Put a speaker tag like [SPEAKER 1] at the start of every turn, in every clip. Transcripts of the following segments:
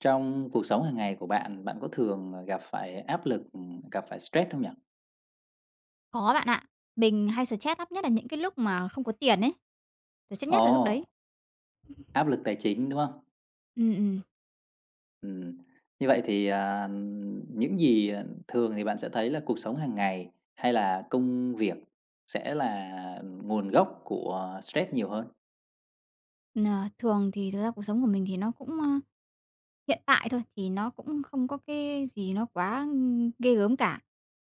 [SPEAKER 1] Trong cuộc sống hàng ngày của bạn, bạn có thường, gặp phải áp lực, gặp phải stress không nhỉ?
[SPEAKER 2] Có bạn ạ. Mình hay stress lắm, nhất là những cái lúc mà không có tiền ấy. Stress nhất là lúc
[SPEAKER 1] Ồ,
[SPEAKER 2] đấy.
[SPEAKER 1] áp lực tài chính, đúng không?
[SPEAKER 2] Ừm, ừm.
[SPEAKER 1] Ừm, Như vậy thì, những gì, thường thì bạn sẽ thấy là cuộc sống hàng ngày hay là công việc sẽ là nguồn gốc của stress nhiều hơn?
[SPEAKER 2] Ờ, thường thì thực ra cuộc sống của mình thì nó cũng, hiện tại thôi, thì nó cũng không có cái gì nó quá, ghê gớm cả.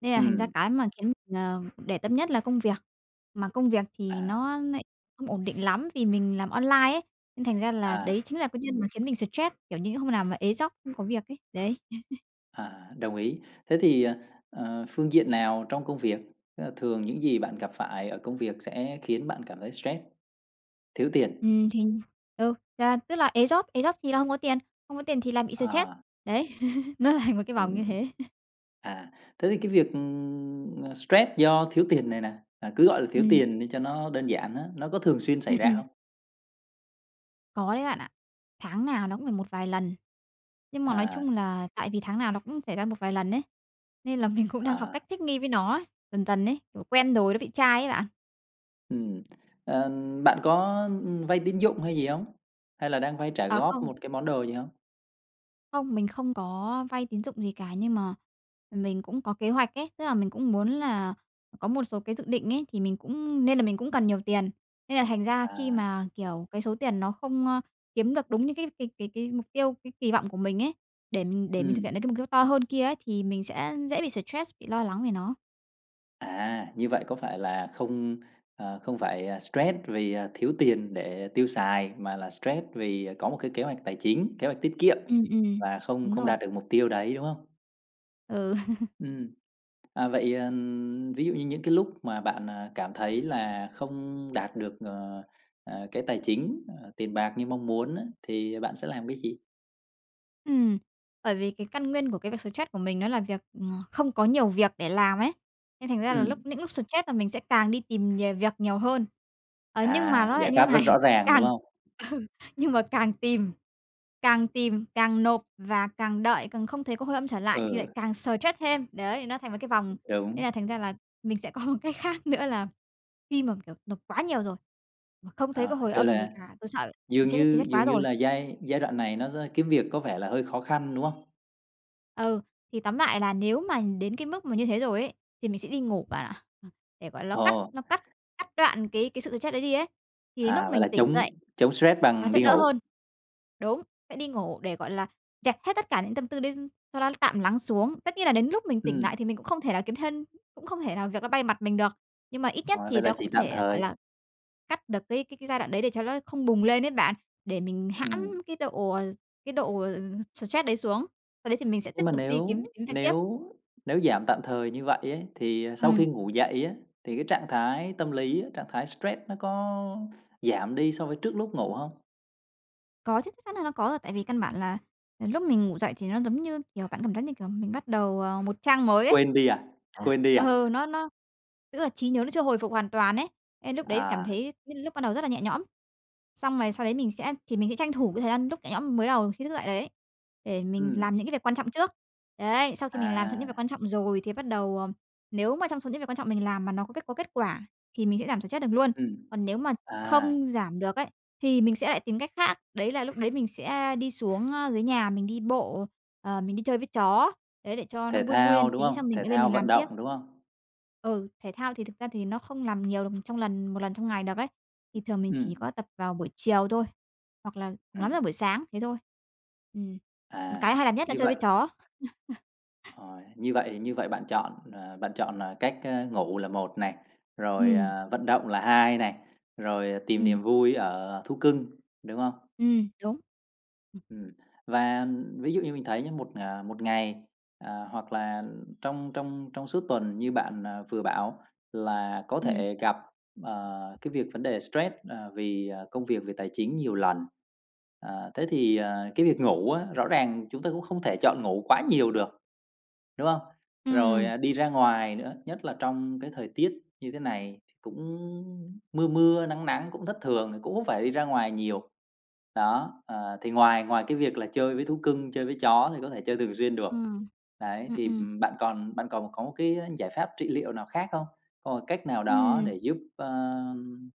[SPEAKER 2] Nên là thành ra
[SPEAKER 1] Ừ,
[SPEAKER 2] cái mà khiến mình, để tâm nhất là công việc. Mà công việc thì
[SPEAKER 1] à,
[SPEAKER 2] nó nại không ổn định lắm vì mình làm online ấy, nên thành ra là
[SPEAKER 1] à,
[SPEAKER 2] đấy chính là nguyên nhân mà khiến mình stress, kiểu những hôm nào mà ế dóc không có việc ấy, đấy.
[SPEAKER 1] đồng ý. Thế thì, phương diện nào trong công việc, tức là thường những gì bạn gặp phải ở công việc sẽ khiến bạn cảm thấy stress? Thiếu tiền,
[SPEAKER 2] Thì ừ, ra tức là ế job thì là không có tiền, không có tiền thì làm bị stress.
[SPEAKER 1] à,
[SPEAKER 2] Đấy, nó thành một cái vòng
[SPEAKER 1] ừm.
[SPEAKER 2] như thế.
[SPEAKER 1] À, Thế thì cái việc, stress do thiếu tiền này nè, cứ gọi là thiếu
[SPEAKER 2] Ừm,
[SPEAKER 1] tiền đi cho nó đơn giản á, nó có thường xuyên xảy
[SPEAKER 2] ừm,
[SPEAKER 1] ra
[SPEAKER 2] ừm,
[SPEAKER 1] không?
[SPEAKER 2] có đấy bạn ạ. Tháng nào nó cũng phải một vài lần, nhưng mà nói
[SPEAKER 1] À,
[SPEAKER 2] chung là tại vì tháng nào nó cũng xảy ra một vài lần ấy, nên là mình cũng đang học
[SPEAKER 1] à,
[SPEAKER 2] cách thích nghi với nó ấy, dần dần ấy, kiểu, quen rồi nó bị chai ấy bạn.
[SPEAKER 1] ừm, ờ, Bạn có, vay tín dụng hay gì không? Hay là đang vay trả
[SPEAKER 2] À,
[SPEAKER 1] góp
[SPEAKER 2] không.
[SPEAKER 1] một cái món đồ gì không?
[SPEAKER 2] Không, mình không có vay tín dụng gì cả, nhưng mà mình cũng có kế hoạch ấy, tức là mình cũng muốn là có một số cái dự định ấy, thì mình cũng nên là mình cũng cần nhiều tiền. Nên là thành ra khi
[SPEAKER 1] À,
[SPEAKER 2] mà, kiểu, cái số tiền nó không, kiếm được đúng như cái mục tiêu, cái kỳ vọng của mình ấy, để mình thực
[SPEAKER 1] ừm,
[SPEAKER 2] hiện được cái mục tiêu to hơn kia ấy, thì mình sẽ dễ bị stress, bị lo lắng về nó.
[SPEAKER 1] Như vậy có phải là không, không phải, stress vì, thiếu tiền để tiêu xài, mà là stress vì có một cái kế hoạch tài chính, kế hoạch tiết kiệm
[SPEAKER 2] Ừm, ừm.
[SPEAKER 1] và không
[SPEAKER 2] Đúng
[SPEAKER 1] không
[SPEAKER 2] rồi,
[SPEAKER 1] đạt được mục tiêu đấy, đúng không?
[SPEAKER 2] ừ.
[SPEAKER 1] Ừm. Vậy, ví dụ như những cái lúc mà bạn, cảm thấy là không đạt được, cái tài chính, tiền bạc như mong muốn á, thì bạn sẽ làm cái gì?
[SPEAKER 2] Ừm, bởi vì cái căn nguyên của cái việc stress của mình nó là việc, không có nhiều việc để làm ấy, nên thành ra là
[SPEAKER 1] Ừm,
[SPEAKER 2] những lúc stress là mình sẽ càng đi tìm nhiều việc nhiều hơn. Ờ, nhưng mà nó
[SPEAKER 1] Giải
[SPEAKER 2] lại như thế
[SPEAKER 1] pháp rất
[SPEAKER 2] này,
[SPEAKER 1] rõ ràng, đúng
[SPEAKER 2] càng
[SPEAKER 1] không?
[SPEAKER 2] ừ, nhưng mà càng tìm, càng tìm, càng nộp và càng đợi, càng không thấy có hồi âm trở lại thì lại
[SPEAKER 1] Ừ,
[SPEAKER 2] càng stress thêm. Đấy, nó thành một cái vòng, nên
[SPEAKER 1] đúng.
[SPEAKER 2] là thành ra là mình sẽ có một cách khác nữa là khi mà, kiểu, nộp quá nhiều rồi, mà không thấy có hồi
[SPEAKER 1] Vậy
[SPEAKER 2] âm gì
[SPEAKER 1] là
[SPEAKER 2] cả, tôi sợ bị
[SPEAKER 1] dường
[SPEAKER 2] stress
[SPEAKER 1] như
[SPEAKER 2] stress quá
[SPEAKER 1] dường như
[SPEAKER 2] rồi.
[SPEAKER 1] là giai giai đoạn này nó ra kiếm việc có vẻ là hơi khó khăn, đúng không?
[SPEAKER 2] Ừ, thì tóm lại là nếu mà đến cái mức mà như thế rồi ấy, thì mình sẽ đi ngủ bạn ạ. Ờ, để, gọi là,
[SPEAKER 1] Ồ,
[SPEAKER 2] nó cắt cắt đoạn cái sự stress đấy đi ấy, thì đến lúc
[SPEAKER 1] Vậy
[SPEAKER 2] mình
[SPEAKER 1] là
[SPEAKER 2] tỉnh
[SPEAKER 1] chống
[SPEAKER 2] dậy
[SPEAKER 1] chống stress
[SPEAKER 2] nó
[SPEAKER 1] bằng
[SPEAKER 2] sẽ
[SPEAKER 1] đi
[SPEAKER 2] đỡ
[SPEAKER 1] ngủ.
[SPEAKER 2] hơn. Đúng, sẽ đi ngủ để, gọi là, dẹp hết tất cả những tâm tư đấy cho nó tạm lắng xuống. Tất nhiên là đến lúc mình tỉnh lại
[SPEAKER 1] Ừm,
[SPEAKER 2] thì mình cũng không thể nào việc nó bay mặt mình được, nhưng mà ít nhất
[SPEAKER 1] rồi,
[SPEAKER 2] thì
[SPEAKER 1] vậy là
[SPEAKER 2] nó
[SPEAKER 1] chỉ
[SPEAKER 2] cũng
[SPEAKER 1] tạm
[SPEAKER 2] thể, gọi
[SPEAKER 1] thời.
[SPEAKER 2] là cắt được cái giai đoạn đấy để cho nó không bùng lên ấy bạn, để mình
[SPEAKER 1] Ừm.
[SPEAKER 2] hãm cái độ, stress đấy xuống. Sau đấy thì mình sẽ
[SPEAKER 1] Nhưng
[SPEAKER 2] tiếp
[SPEAKER 1] mà
[SPEAKER 2] tục đi kiếm
[SPEAKER 1] nếu
[SPEAKER 2] kiếm việc tiếp.
[SPEAKER 1] nếu nếu giảm tạm thời như vậy ấy, thì, sau khi
[SPEAKER 2] Ừm.
[SPEAKER 1] ngủ dậy á, thì cái trạng thái tâm lý á, trạng thái stress nó có giảm đi so với trước lúc ngủ hông?
[SPEAKER 2] Có chứ, chắc chắn là nó có rồi, tại vì căn bản là, lúc mình ngủ dậy thì nó giống như, kiểu, bạn cảm giác như, kiểu, mình bắt đầu, một trang mới ấy.
[SPEAKER 1] Quên đi à? Quên đi à?
[SPEAKER 2] Ừ, nó tức là trí nhớ nó chưa hồi phục hoàn toàn ấy, nên lúc đấy cảm
[SPEAKER 1] À,
[SPEAKER 2] thấy những lúc ban đầu rất là nhẹ nhõm. Xong rồi sau đấy mình sẽ thì mình sẽ tranh thủ cái thời gian lúc nhẹ nhõm mới đầu khi thức dậy đấy, để mình
[SPEAKER 1] ừm,
[SPEAKER 2] làm những cái việc quan trọng trước. Đấy, sau khi mình làm
[SPEAKER 1] à,
[SPEAKER 2] xong những việc quan trọng rồi thì bắt đầu, nếu mà trong số những việc quan trọng mình làm mà nó có kết quả thì mình sẽ giảm stress được luôn.
[SPEAKER 1] ừm,
[SPEAKER 2] Còn nếu mà
[SPEAKER 1] à,
[SPEAKER 2] không giảm được ấy thì mình sẽ lại tìm cách khác, đấy là lúc đấy mình sẽ đi xuống, dưới nhà mình đi bộ, mình đi chơi với chó, đấy, để cho nó
[SPEAKER 1] Thể
[SPEAKER 2] vui vui
[SPEAKER 1] thao,
[SPEAKER 2] lên
[SPEAKER 1] đúng
[SPEAKER 2] tí xong
[SPEAKER 1] hông?
[SPEAKER 2] mình
[SPEAKER 1] Thể
[SPEAKER 2] lại lên
[SPEAKER 1] thao
[SPEAKER 2] mình
[SPEAKER 1] vận
[SPEAKER 2] làm tiếp.
[SPEAKER 1] động, đúng hông?
[SPEAKER 2] Ừ, thể thao thì thực ra thì nó không làm nhiều được trong lần một lần trong ngày được ấy, thì thường mình chỉ
[SPEAKER 1] Ừm,
[SPEAKER 2] có tập vào buổi chiều thôi, hoặc là cùng lắm là
[SPEAKER 1] ừm,
[SPEAKER 2] buổi sáng, thế thôi. Ừm, còn
[SPEAKER 1] à,
[SPEAKER 2] cái hay làm nhất là
[SPEAKER 1] như
[SPEAKER 2] chơi
[SPEAKER 1] vậy
[SPEAKER 2] với chó.
[SPEAKER 1] rồi, như vậy bạn chọn, bạn chọn là cách, ngủ là một này, rồi,
[SPEAKER 2] Ừm,
[SPEAKER 1] vận động là hai này, rồi, tìm
[SPEAKER 2] ừm,
[SPEAKER 1] niềm vui ở thú cưng, đúng không?
[SPEAKER 2] đúng. Ừm,
[SPEAKER 1] Ừm, và ví dụ như mình thấy nhá, một ngày, hoặc là trong trong trong suốt tuần như bạn, vừa bảo là có
[SPEAKER 2] ừm,
[SPEAKER 1] thể gặp, cái việc vấn đề stress, vì, công việc, về tài chính nhiều lần. Thế thì, cái việc ngủ á, rõ ràng chúng ta cũng không thể chọn ngủ quá nhiều được. Đúng không? Rồi,
[SPEAKER 2] ừm.
[SPEAKER 1] đi ra ngoài nữa, nhất là trong cái thời tiết như thế này thì cũng mưa mưa, nắng nắng cũng thất thường thì cũng hông phải đi ra ngoài nhiều. Đó, thì ngoài ngoài cái việc là chơi với thú cưng, chơi với chó thì có thể chơi thường xuyên được.
[SPEAKER 2] Ừm,
[SPEAKER 1] Đấy,
[SPEAKER 2] ừm.
[SPEAKER 1] thì,
[SPEAKER 2] Ừm,
[SPEAKER 1] bạn còn có một cái giải pháp trị liệu nào khác không? Có một cách nào đó
[SPEAKER 2] ừm,
[SPEAKER 1] để giúp,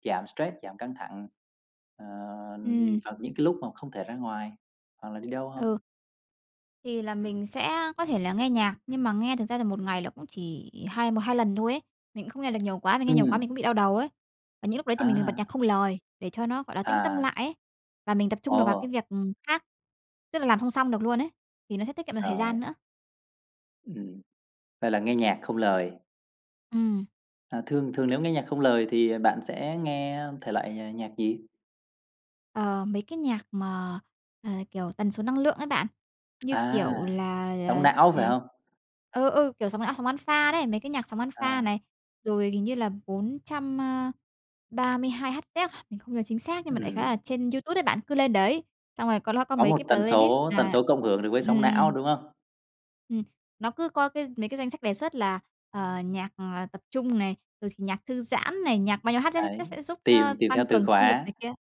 [SPEAKER 1] giảm stress, giảm căng thẳng, ờ,
[SPEAKER 2] ừ.
[SPEAKER 1] vào những cái lúc mà không thể ra ngoài hoặc là đi đâu không?
[SPEAKER 2] Ừ. Thì là mình sẽ có thể là nghe nhạc, nhưng mà nghe thực ra là một ngày là cũng chỉ một hai lần thôi ấy. Mình cũng không nghe được nhiều quá, mình nghe nhiều quá
[SPEAKER 1] Ừm,
[SPEAKER 2] mình cũng bị đau đầu ấy. Và những lúc đấy thì mình thường
[SPEAKER 1] à,
[SPEAKER 2] bật nhạc không lời để cho nó, gọi là, tĩnh tâm
[SPEAKER 1] à,
[SPEAKER 2] lại ấy, và mình tập trung
[SPEAKER 1] ồ,
[SPEAKER 2] được vào cái việc, khác, tức là làm song song được luôn ấy, thì nó sẽ tiết kiệm được thời
[SPEAKER 1] rồi.
[SPEAKER 2] gian nữa.
[SPEAKER 1] Ừm, vậy là nghe nhạc không lời.
[SPEAKER 2] Ừm.
[SPEAKER 1] Thường thường nếu nghe nhạc không lời thì bạn sẽ nghe thể loại, nhạc gì?
[SPEAKER 2] Ờ, mấy cái nhạc mà, kiểu, tần số năng lượng ấy bạn, như
[SPEAKER 1] À,
[SPEAKER 2] kiểu là,
[SPEAKER 1] Sóng não
[SPEAKER 2] ờ,
[SPEAKER 1] phải hông?
[SPEAKER 2] ừ, kiểu, sóng não sóng alpha đấy, mấy cái nhạc sóng alpha
[SPEAKER 1] À,
[SPEAKER 2] này, rồi hình như là 432 Hz à? Mình không nhớ chính xác nhưng mà đại khái
[SPEAKER 1] ừm,
[SPEAKER 2] là trên YouTube đấy bạn, cứ lên đấy, xong rồi có
[SPEAKER 1] có
[SPEAKER 2] mấy
[SPEAKER 1] một
[SPEAKER 2] cái
[SPEAKER 1] tần
[SPEAKER 2] playlist
[SPEAKER 1] số tần
[SPEAKER 2] là
[SPEAKER 1] số cộng hưởng được với
[SPEAKER 2] ừm,
[SPEAKER 1] sóng não,
[SPEAKER 2] ừm,
[SPEAKER 1] đúng hông?
[SPEAKER 2] nó cứ có mấy cái danh sách đề xuất là, nhạc, tập trung này, rồi thì nhạc thư giãn này, nhạc bao nhiêu Hz
[SPEAKER 1] Đấy,
[SPEAKER 2] sẽ giúp,
[SPEAKER 1] tìm tìm theo
[SPEAKER 2] tăng
[SPEAKER 1] từ
[SPEAKER 2] cường sinh lực
[SPEAKER 1] khóa,
[SPEAKER 2] này kia,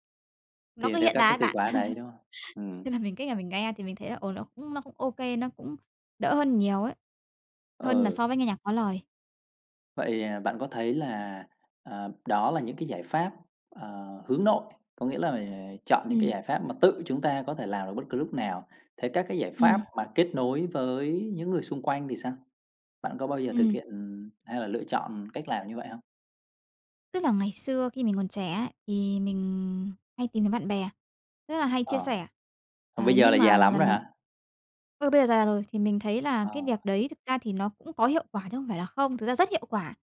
[SPEAKER 2] nó cứ
[SPEAKER 1] tìm theo
[SPEAKER 2] hiện
[SPEAKER 1] các
[SPEAKER 2] ra
[SPEAKER 1] cái
[SPEAKER 2] ấy
[SPEAKER 1] từ
[SPEAKER 2] bạn.
[SPEAKER 1] khóa đấy, đúng hông? Ừm,
[SPEAKER 2] Thế là mình nghe thì mình thấy là, nó cũng ô kê, nó cũng đỡ hơn nhiều ấy, hơn là
[SPEAKER 1] ờ.
[SPEAKER 2] so với nghe nhạc có lời.
[SPEAKER 1] Vậy, bạn có thấy là, đó là những cái giải pháp, hướng nội, có nghĩa là, chọn những cái
[SPEAKER 2] Ừm,
[SPEAKER 1] giải pháp mà tự chúng ta có thể làm được bất cứ lúc nào. Thế các cái giải pháp
[SPEAKER 2] ừm,
[SPEAKER 1] mà kết nối với những người xung quanh thì sao? Bạn có bao giờ thực
[SPEAKER 2] ừm.
[SPEAKER 1] hiện hay là lựa chọn cách làm như vậy không?
[SPEAKER 2] Tức là ngày xưa khi mình còn trẻ ấy, thì mình hay tìm đến bạn bè, rất là hay chia
[SPEAKER 1] Ờ,
[SPEAKER 2] sẻ.
[SPEAKER 1] Còn
[SPEAKER 2] Ờ,
[SPEAKER 1] bây giờ là
[SPEAKER 2] nhưng
[SPEAKER 1] già
[SPEAKER 2] mà
[SPEAKER 1] lắm rồi
[SPEAKER 2] dần
[SPEAKER 1] hả?
[SPEAKER 2] Ơ, bây giờ già rồi thì mình thấy là
[SPEAKER 1] Ờ,
[SPEAKER 2] cái việc đấy thực ra thì nó cũng có hiệu quả chứ không phải là không, thực ra rất hiệu quả.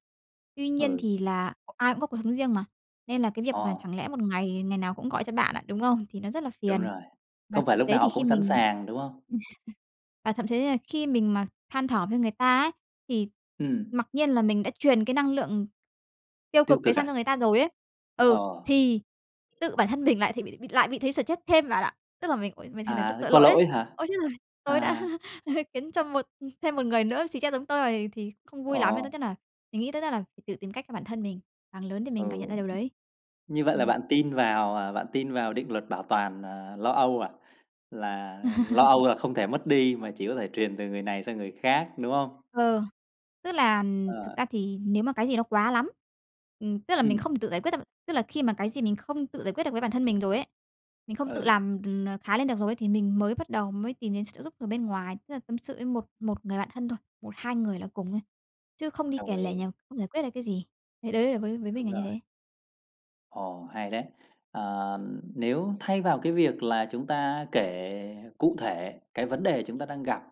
[SPEAKER 2] Tuy nhiên
[SPEAKER 1] ừ,
[SPEAKER 2] thì là ai cũng có cuộc sống riêng mà, nên là cái việc mà
[SPEAKER 1] ờ,
[SPEAKER 2] chẳng lẽ một ngày ngày nào cũng gọi cho bạn à, đúng không? Thì nó rất là
[SPEAKER 1] đúng
[SPEAKER 2] phiền.
[SPEAKER 1] rồi.
[SPEAKER 2] Và
[SPEAKER 1] Không phải
[SPEAKER 2] thực
[SPEAKER 1] lúc
[SPEAKER 2] tế
[SPEAKER 1] nào
[SPEAKER 2] thì
[SPEAKER 1] họ cũng
[SPEAKER 2] khi
[SPEAKER 1] sẵn
[SPEAKER 2] mình
[SPEAKER 1] sàng, đúng không?
[SPEAKER 2] Và thậm chí là khi mình mà than thở với người ta ấy, thì
[SPEAKER 1] Ừm,
[SPEAKER 2] mặc nhiên là mình đã truyền cái năng lượng tiêu
[SPEAKER 1] tiêu
[SPEAKER 2] cực đấy
[SPEAKER 1] cực
[SPEAKER 2] sang
[SPEAKER 1] à?
[SPEAKER 2] cho người ta rồi ấy.
[SPEAKER 1] Ờ,
[SPEAKER 2] Ừ, thì tự bản thân mình lại thì bị thấy stress thêm bạn ạ. Tức là mình "Ôi, mình thấy thấy tội
[SPEAKER 1] có
[SPEAKER 2] lỗi ấy.
[SPEAKER 1] lỗi hả?
[SPEAKER 2] Ôi, chết rồi, tôi đã
[SPEAKER 1] À,
[SPEAKER 2] khiến cho thêm một người nữa xì stress giống tôi rồi thì không vui lắm." Nên
[SPEAKER 1] ờ,
[SPEAKER 2] tốt nhất là mình nghĩ tốt nhất là phải tự tìm cách cho bản thân mình, càng lớn thì mình càng nhận
[SPEAKER 1] ừ.
[SPEAKER 2] ra điều đấy.
[SPEAKER 1] Như vậy là
[SPEAKER 2] Ừm.
[SPEAKER 1] bạn tin vào định luật bảo toàn, lo âu à? Là lo âu là không thể mất đi mà chỉ có thể truyền từ người này sang người khác, đúng không?
[SPEAKER 2] Ờ, tức là thực
[SPEAKER 1] Ờ,
[SPEAKER 2] ra thì nếu mà cái gì nó quá lắm, tức là mình
[SPEAKER 1] Ừm.
[SPEAKER 2] không tự giải quyết được tức là khi mà cái gì mình không tự giải quyết được với bản thân mình rồi ấy, mình không tự
[SPEAKER 1] Ừ,
[SPEAKER 2] làm, khá lên được rồi ấy, thì mình mới bắt đầu mới tìm đến sự trợ giúp từ bên ngoài, tức là tâm sự với một một người bạn thân thôi, một 2 người là cùng thôi, chứ không đi
[SPEAKER 1] đồng
[SPEAKER 2] kể lể
[SPEAKER 1] ý,
[SPEAKER 2] nhằm không giải quyết được cái gì. Đấy, đấy là với mình
[SPEAKER 1] đúng
[SPEAKER 2] là như
[SPEAKER 1] rồi.
[SPEAKER 2] thế.
[SPEAKER 1] Ồ, hay đấy. Ờ, Nếu thay vào cái việc là chúng ta kể cụ thể cái vấn đề chúng ta đang gặp,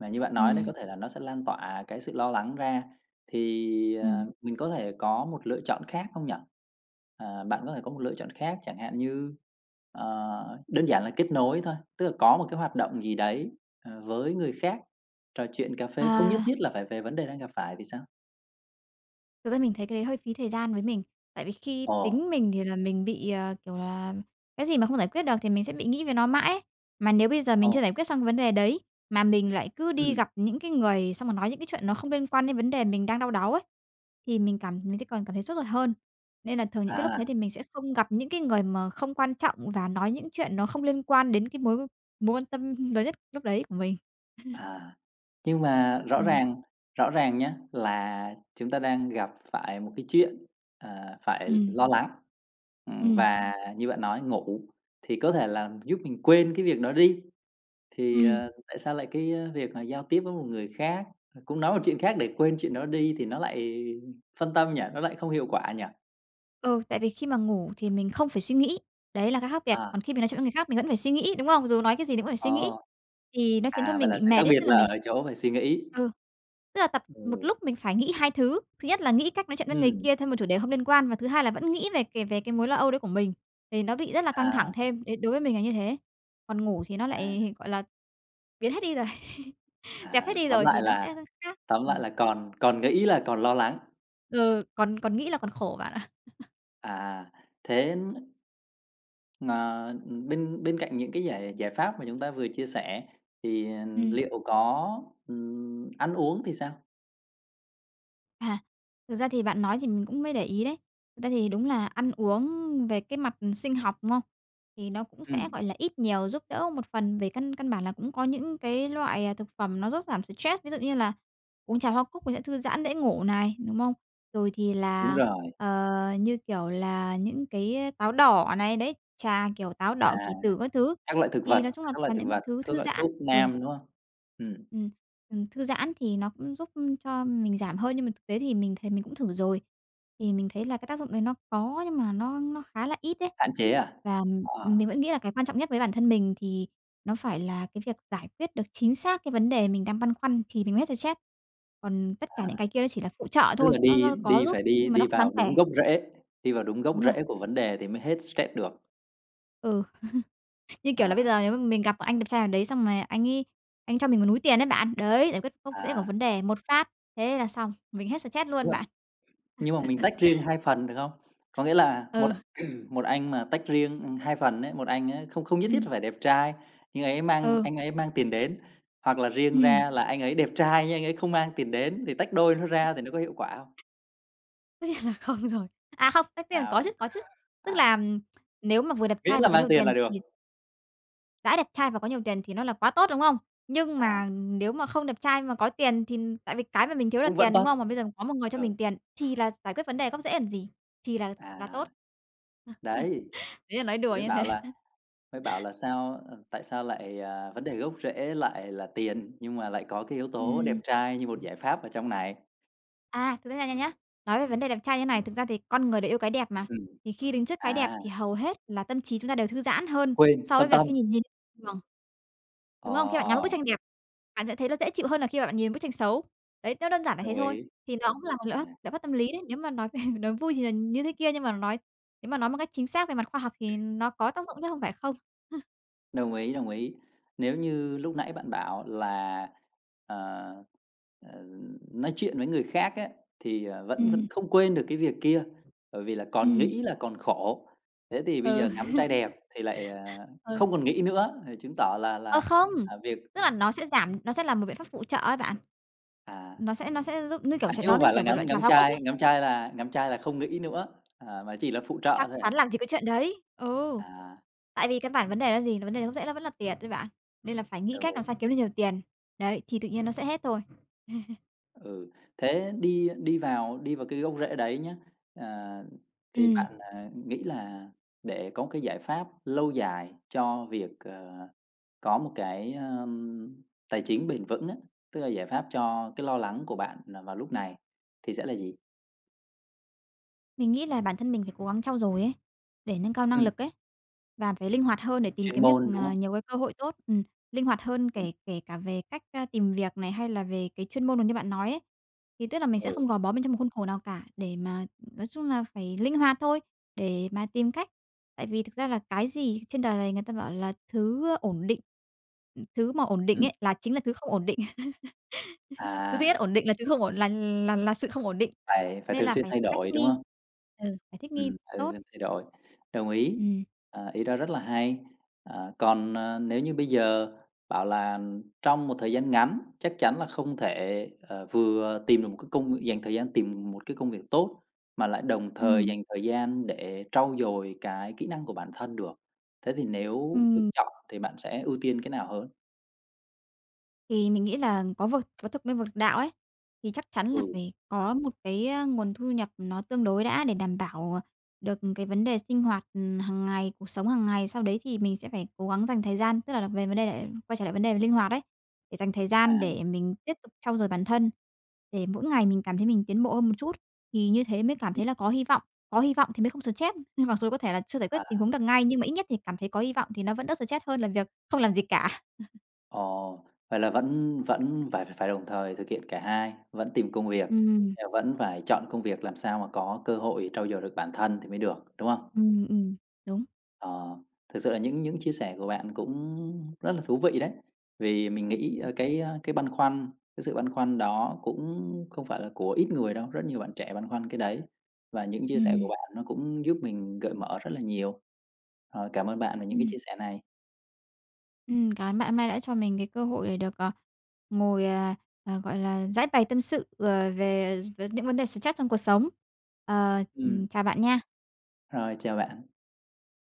[SPEAKER 1] mà như bạn nói đấy, có
[SPEAKER 2] Ừm,
[SPEAKER 1] thể là nó sẽ lan tỏa cái sự lo lắng ra, thì,
[SPEAKER 2] ừm,
[SPEAKER 1] mình có thể có một lựa chọn khác không nhỉ? Bạn có thể có một lựa chọn khác chẳng hạn như, đơn giản là kết nối thôi, tức là có một cái hoạt động gì đấy, với người khác, trò chuyện cà phê không nhất
[SPEAKER 2] à.
[SPEAKER 1] thiết là phải về vấn đề đang gặp phải thì sao?
[SPEAKER 2] Thực ra mình thấy cái đấy hơi phí thời gian với mình, tại vì khi
[SPEAKER 1] Ồ,
[SPEAKER 2] tính mình thì là mình bị, kiểu là, cái gì mà không giải quyết được thì mình sẽ bị nghĩ về nó mãi ấy. Mà nếu bây giờ
[SPEAKER 1] ồ,
[SPEAKER 2] mình chưa giải quyết xong cái vấn đề đấy, mà mình lại cứ đi
[SPEAKER 1] ừm,
[SPEAKER 2] gặp những cái người xong rồi nói những cái chuyện nó không liên quan đến vấn đề mình đang đau đáu ấy, thì mình sẽ còn cảm thấy sốt ruột hơn. Nên là thường những cái lúc
[SPEAKER 1] à.
[SPEAKER 2] đấy thì mình sẽ không gặp những cái người mà không quan trọng và nói những chuyện nó không liên quan đến cái mối mối quan tâm lớn nhất lúc đấy của mình.
[SPEAKER 1] À, nhưng mà rõ
[SPEAKER 2] Ừm,
[SPEAKER 1] ràng rõ ràng nhé là chúng ta đang gặp phải một cái chuyện, phải
[SPEAKER 2] ừm,
[SPEAKER 1] lo lắng,
[SPEAKER 2] ừm,
[SPEAKER 1] và như bạn nói ngủ thì có thể là giúp mình quên cái việc đó đi, thì,
[SPEAKER 2] ừm.
[SPEAKER 1] tại sao lại cái, việc mà giao tiếp với một người khác, cũng nói một chuyện khác để quên chuyện đó đi thì nó lại phân tâm nhỉ? Nó lại không hiệu quả nhỉ?
[SPEAKER 2] Ừ, tại vì khi mà ngủ thì mình không phải suy nghĩ, đấy là cái khác biệt,
[SPEAKER 1] À,
[SPEAKER 2] còn khi mình nói chuyện với người khác mình vẫn phải suy nghĩ, đúng không? Dù nói cái gì mình cũng phải suy nghĩ,
[SPEAKER 1] ồ,
[SPEAKER 2] thì nó khiến cho
[SPEAKER 1] Vậy
[SPEAKER 2] mình
[SPEAKER 1] là
[SPEAKER 2] bị
[SPEAKER 1] sự khác
[SPEAKER 2] mệt ấy,
[SPEAKER 1] biệt
[SPEAKER 2] tức là
[SPEAKER 1] là
[SPEAKER 2] mình.
[SPEAKER 1] ở chỗ phải suy nghĩ.
[SPEAKER 2] Ừ, tức là tập một
[SPEAKER 1] Ừ,
[SPEAKER 2] lúc mình phải nghĩ 2 thứ, thứ nhất là nghĩ cách nói chuyện với người
[SPEAKER 1] ừm,
[SPEAKER 2] kia thêm một chủ đề không liên quan và thứ hai là vẫn nghĩ về cái mối lo âu đấy của mình, thì nó bị rất là căng
[SPEAKER 1] à,
[SPEAKER 2] thẳng thêm, đấy, đối với mình là như thế. Còn ngủ thì nó
[SPEAKER 1] à,
[SPEAKER 2] lại, gọi là, biến hết đi rồi,
[SPEAKER 1] à,
[SPEAKER 2] dẹp hết đi
[SPEAKER 1] tóm
[SPEAKER 2] rồi
[SPEAKER 1] lại
[SPEAKER 2] thì nó
[SPEAKER 1] là
[SPEAKER 2] sẽ khác.
[SPEAKER 1] tóm lại
[SPEAKER 2] Ừm,
[SPEAKER 1] là còn còn nghĩ là còn lo lắng.
[SPEAKER 2] ừ, còn còn nghĩ là còn khổ bạn ạ.
[SPEAKER 1] À, Thế, ờ, bên bên cạnh những cái giải giải pháp mà chúng ta vừa chia sẻ thì
[SPEAKER 2] Ừm.
[SPEAKER 1] liệu có, ăn uống thì sao?
[SPEAKER 2] À, thực ra thì bạn nói thì mình cũng mới để ý đấy. Thực ra thì đúng là ăn uống về cái mặt sinh học, đúng không? Thì nó cũng sẽ,
[SPEAKER 1] Ừm,
[SPEAKER 2] gọi là, ít nhiều giúp đỡ một phần về căn căn bản là cũng có những cái loại, thực phẩm nó giúp giảm stress, ví dụ như là uống trà hoa cúc mình sẽ thư giãn dễ ngủ này, đúng không? Rồi thì
[SPEAKER 1] đúng
[SPEAKER 2] là,
[SPEAKER 1] rồi,
[SPEAKER 2] ờ, như kiểu là, những cái táo đỏ này, đấy, trà kiểu táo đỏ
[SPEAKER 1] à,
[SPEAKER 2] kỳ tử các thứ.
[SPEAKER 1] các loại thực
[SPEAKER 2] Thì
[SPEAKER 1] vật,
[SPEAKER 2] nói chung là
[SPEAKER 1] các loại
[SPEAKER 2] toàn
[SPEAKER 1] thực
[SPEAKER 2] những
[SPEAKER 1] vật,
[SPEAKER 2] thứ
[SPEAKER 1] thuốc
[SPEAKER 2] thư
[SPEAKER 1] gọi
[SPEAKER 2] giãn.
[SPEAKER 1] thuốc
[SPEAKER 2] Ừ.
[SPEAKER 1] nam, đúng hông? Ừm,
[SPEAKER 2] Ừm, thư giãn thì nó cũng giúp cho mình giảm hơn, nhưng mà thực tế thì mình thấy mình cũng thử rồi, thì mình thấy là cái tác dụng đấy nó có nhưng mà nó khá là ít đấy.
[SPEAKER 1] hạn chế à?
[SPEAKER 2] Và,
[SPEAKER 1] Ờ,
[SPEAKER 2] mình vẫn nghĩ là cái quan trọng nhất với bản thân mình thì nó phải là cái việc giải quyết được chính xác cái vấn đề mình đang băn khoăn thì mình mới hết stress. Còn tất cả những
[SPEAKER 1] à,
[SPEAKER 2] cái kia nó chỉ là phụ trợ
[SPEAKER 1] Tức là
[SPEAKER 2] thôi, nó
[SPEAKER 1] đi
[SPEAKER 2] nó có
[SPEAKER 1] đi
[SPEAKER 2] giúp
[SPEAKER 1] phải đi
[SPEAKER 2] nhưng mà nó
[SPEAKER 1] đi
[SPEAKER 2] không đáng
[SPEAKER 1] vào
[SPEAKER 2] kể.
[SPEAKER 1] đúng gốc rễ, đi vào đúng gốc
[SPEAKER 2] Đúng rồi,
[SPEAKER 1] rễ của vấn đề thì mới hết stress được.
[SPEAKER 2] ừ, như kiểu là bây
[SPEAKER 1] À,
[SPEAKER 2] giờ nếu mà mình gặp một anh đẹp trai nào đấy xong mà anh cho mình một núi tiền đấy bạn, đấy, giải quyết gốc rễ của
[SPEAKER 1] à,
[SPEAKER 2] vấn đề một phát, thế là xong, mình hết stress
[SPEAKER 1] nhưng
[SPEAKER 2] luôn
[SPEAKER 1] mà
[SPEAKER 2] bạn.
[SPEAKER 1] mình tách riêng hai phần được không? Có nghĩa là một.
[SPEAKER 2] Ừ,
[SPEAKER 1] Một anh mà tách riêng, 2 phần ấy, một anh á không không nhất thiết
[SPEAKER 2] ừm,
[SPEAKER 1] phải đẹp trai, nhưng ấy mang
[SPEAKER 2] ừ,
[SPEAKER 1] anh ấy mang tiền đến, hoặc là riêng
[SPEAKER 2] ừm,
[SPEAKER 1] ra là anh ấy đẹp trai nhưng anh ấy không mang tiền đến thì tách đôi nó ra thì nó có hiệu quả không?
[SPEAKER 2] tất nhiên là không rồi. À, không, tất nhiên là có
[SPEAKER 1] Vậy
[SPEAKER 2] chứ, có chứ. Tức
[SPEAKER 1] à,
[SPEAKER 2] là, nếu mà vừa đẹp
[SPEAKER 1] miễn
[SPEAKER 2] trai
[SPEAKER 1] là
[SPEAKER 2] vừa có
[SPEAKER 1] mang
[SPEAKER 2] nhiều
[SPEAKER 1] tiền là
[SPEAKER 2] tiền
[SPEAKER 1] được,
[SPEAKER 2] thì đã đẹp trai và có nhiều tiền thì nó là quá tốt, đúng không? Nhưng
[SPEAKER 1] à,
[SPEAKER 2] mà nếu mà không đẹp trai mà có tiền thì tại vì cái mà mình thiếu là
[SPEAKER 1] cũng vẫn
[SPEAKER 2] tiền, đúng
[SPEAKER 1] tốt.
[SPEAKER 2] không? Mà bây giờ có một người cho
[SPEAKER 1] Ừ,
[SPEAKER 2] mình tiền thì là giải quyết vấn đề gốc rễ làm gì, thì là
[SPEAKER 1] à,
[SPEAKER 2] tốt.
[SPEAKER 1] đấy,
[SPEAKER 2] Đấy là nói
[SPEAKER 1] thì
[SPEAKER 2] đùa như thế.
[SPEAKER 1] mới bảo là sao, tại sao lại, vấn đề gốc rễ lại là tiền, nhưng mà lại có cái yếu tố đẹp
[SPEAKER 2] Ừm,
[SPEAKER 1] trai như một giải pháp ở trong này.
[SPEAKER 2] thực ra nha nhá, nói về vấn đề đẹp trai như này, thực ra thì con người đều yêu cái đẹp mà,
[SPEAKER 1] Ừm,
[SPEAKER 2] thì khi đứng trước cái đẹp
[SPEAKER 1] à,
[SPEAKER 2] thì hầu hết là tâm trí chúng ta đều thư giãn hơn
[SPEAKER 1] quên,
[SPEAKER 2] so với
[SPEAKER 1] phân
[SPEAKER 2] việc
[SPEAKER 1] tâm.
[SPEAKER 2] khi nhìn nhìn
[SPEAKER 1] Ờ.
[SPEAKER 2] Đúng không? Khi bạn ngắm một bức tranh đẹp, bạn sẽ thấy nó dễ chịu hơn là khi mà bạn nhìn bức tranh xấu. Đấy, nó đơn giản là
[SPEAKER 1] Đồng
[SPEAKER 2] thế thôi.
[SPEAKER 1] ý.
[SPEAKER 2] Thì nó cũng là một
[SPEAKER 1] À,
[SPEAKER 2] liệu pháp tâm lý đấy. Nếu mà nói về nói vui thì là như thế kia, nhưng mà nếu mà nói một cách chính xác về mặt khoa học thì nó có tác dụng chứ không phải không.
[SPEAKER 1] Đồng ý, đồng ý. Nếu như lúc nãy bạn bảo là, ờ, ờ, nói chuyện với người khác á, thì, vẫn vẫn
[SPEAKER 2] Ừm,
[SPEAKER 1] không quên được cái việc kia, bởi vì là còn
[SPEAKER 2] ừm,
[SPEAKER 1] nghĩ là còn khổ. Thế thì bây giờ
[SPEAKER 2] ừ.
[SPEAKER 1] ngắm trai đẹp thì lại,
[SPEAKER 2] Ờ.
[SPEAKER 1] không còn nghĩ nữa, thì chứng tỏ là
[SPEAKER 2] Ờ,
[SPEAKER 1] là,
[SPEAKER 2] không,
[SPEAKER 1] à, việc
[SPEAKER 2] tức là nó sẽ là một biện pháp phụ trợ ấy bạn.
[SPEAKER 1] à,
[SPEAKER 2] Nó sẽ giúp như kiểu,
[SPEAKER 1] chứ
[SPEAKER 2] nó
[SPEAKER 1] không
[SPEAKER 2] như
[SPEAKER 1] phải là
[SPEAKER 2] kiểu một
[SPEAKER 1] ngắm
[SPEAKER 2] loại trà hoa cúc ấy.
[SPEAKER 1] ngắm trai là không nghĩ nữa, mà chỉ là phụ trợ
[SPEAKER 2] Chắc
[SPEAKER 1] thôi hả?
[SPEAKER 2] chắn làm gì có chuyện đấy. Ừ.
[SPEAKER 1] À,
[SPEAKER 2] Tại vì căn bản vấn đề là gì? Vấn đề gốc rễ nó vẫn là tiền đấy bạn, nên là phải nghĩ
[SPEAKER 1] Đồng
[SPEAKER 2] cách
[SPEAKER 1] ý.
[SPEAKER 2] làm sao kiếm được nhiều tiền. Đấy, thì tự nhiên nó sẽ hết thôi.
[SPEAKER 1] Ừ, thế đi đi vào cái gốc rễ đấy nhé à, thì
[SPEAKER 2] Ừm.
[SPEAKER 1] bạn, nghĩ là để có cái giải pháp lâu dài cho việc, có một cái, tài chính bền vững á, tức là giải pháp cho cái lo lắng của bạn là vào lúc này thì sẽ là gì?
[SPEAKER 2] Mình nghĩ là bản thân mình phải cố gắng trau dồi ấy, để nâng cao năng
[SPEAKER 1] Ừm,
[SPEAKER 2] lực ấy, và phải linh hoạt hơn để tìm
[SPEAKER 1] chuyên
[SPEAKER 2] kiếm được,
[SPEAKER 1] môn, đúng không?
[SPEAKER 2] nhiều cái cơ hội tốt. Linh hoạt hơn
[SPEAKER 1] Ừm,
[SPEAKER 2] kể kể cả về cách, tìm việc này, hay là về cái chuyên môn được như bạn nói ấy. Thì tức là mình
[SPEAKER 1] ừ,
[SPEAKER 2] sẽ không gò bó bên trong một khuôn khổ nào cả, để mà nói chung là phải linh hoạt thôi, để mà tìm cách. Tại vì thực ra là cái gì trên đời này người ta bảo là thứ ổn định, thứ mà ổn định
[SPEAKER 1] ừm,
[SPEAKER 2] ấy là chính là thứ không ổn định. Thứ duy nhất
[SPEAKER 1] à,
[SPEAKER 2] ổn định là thứ không ổn là sự không ổn định,
[SPEAKER 1] phải phải
[SPEAKER 2] nên
[SPEAKER 1] thường
[SPEAKER 2] là
[SPEAKER 1] xuyên
[SPEAKER 2] phải
[SPEAKER 1] thay
[SPEAKER 2] có cách
[SPEAKER 1] đổi,
[SPEAKER 2] thích
[SPEAKER 1] đúng
[SPEAKER 2] nghi.
[SPEAKER 1] không?
[SPEAKER 2] Ừ, phải thích nghi
[SPEAKER 1] Thời
[SPEAKER 2] tốt.
[SPEAKER 1] gian thay đổi, đồng ý,
[SPEAKER 2] Ừm,
[SPEAKER 1] ý đó rất là hay. Còn, nếu như bây giờ bảo là trong một thời gian ngắn chắc chắn là không thể, vừa tìm được một cái dành thời gian tìm một cái công việc tốt, mà lại đồng thời
[SPEAKER 2] ừm.
[SPEAKER 1] dành thời gian để trau dồi cái kỹ năng của bản thân được. Thế thì nếu được
[SPEAKER 2] Ừm.
[SPEAKER 1] chọn thì bạn sẽ ưu tiên cái nào hơn?
[SPEAKER 2] Thì mình nghĩ là có thực mới vực đạo ấy, thì chắc chắn là
[SPEAKER 1] Ừ,
[SPEAKER 2] phải có một cái, nguồn thu nhập nó tương đối đã để đảm bảo được cái vấn đề sinh hoạt, hàng ngày, cuộc sống hàng ngày. Sau đấy thì mình sẽ phải cố gắng dành thời gian, tức là về vấn đề lại quay trở lại vấn đề linh hoạt đấy để dành thời
[SPEAKER 1] à,
[SPEAKER 2] gian để mình tiếp tục trau dồi bản thân, để mỗi ngày mình cảm thấy mình tiến bộ hơn một chút, thì như thế mới cảm
[SPEAKER 1] Ừm.
[SPEAKER 2] thấy là có hy vọng. Có hy vọng thì mới không stress, nên mặc dù có thể là chưa giải quyết
[SPEAKER 1] à.
[SPEAKER 2] tình huống được ngay, nhưng mà ít nhất thì cảm thấy có hy vọng thì nó vẫn đỡ stress hơn là việc không làm gì cả.
[SPEAKER 1] Ồ, vậy là vẫn vẫn phải phải đồng thời thực hiện cả hai, vẫn tìm công việc,
[SPEAKER 2] Ừm.
[SPEAKER 1] vẫn phải chọn công việc làm sao mà có cơ hội trau dồi được bản thân thì mới được, đúng không?
[SPEAKER 2] Ừm, ừm, đúng.
[SPEAKER 1] Ờ, Thực sự là những chia sẻ của bạn cũng rất là thú vị đấy, vì mình nghĩ, cái băn khoăn, cái sự băn khoăn đó cũng không phải là của ít người đâu, rất nhiều bạn trẻ băn khoăn cái đấy, và những chia sẻ của
[SPEAKER 2] Ừm,
[SPEAKER 1] bạn nó cũng giúp mình gợi mở rất là nhiều. Rồi, cảm ơn bạn về những cái
[SPEAKER 2] ừm,
[SPEAKER 1] chia sẻ này.
[SPEAKER 2] cảm ơn bạn hôm nay đã cho mình cái cơ hội để được, ngồi, gọi là, giãi bày tâm sự, về về những vấn đề stress trong cuộc sống. Ờ,
[SPEAKER 1] Ừm,
[SPEAKER 2] chào bạn nha.
[SPEAKER 1] rồi chào bạn.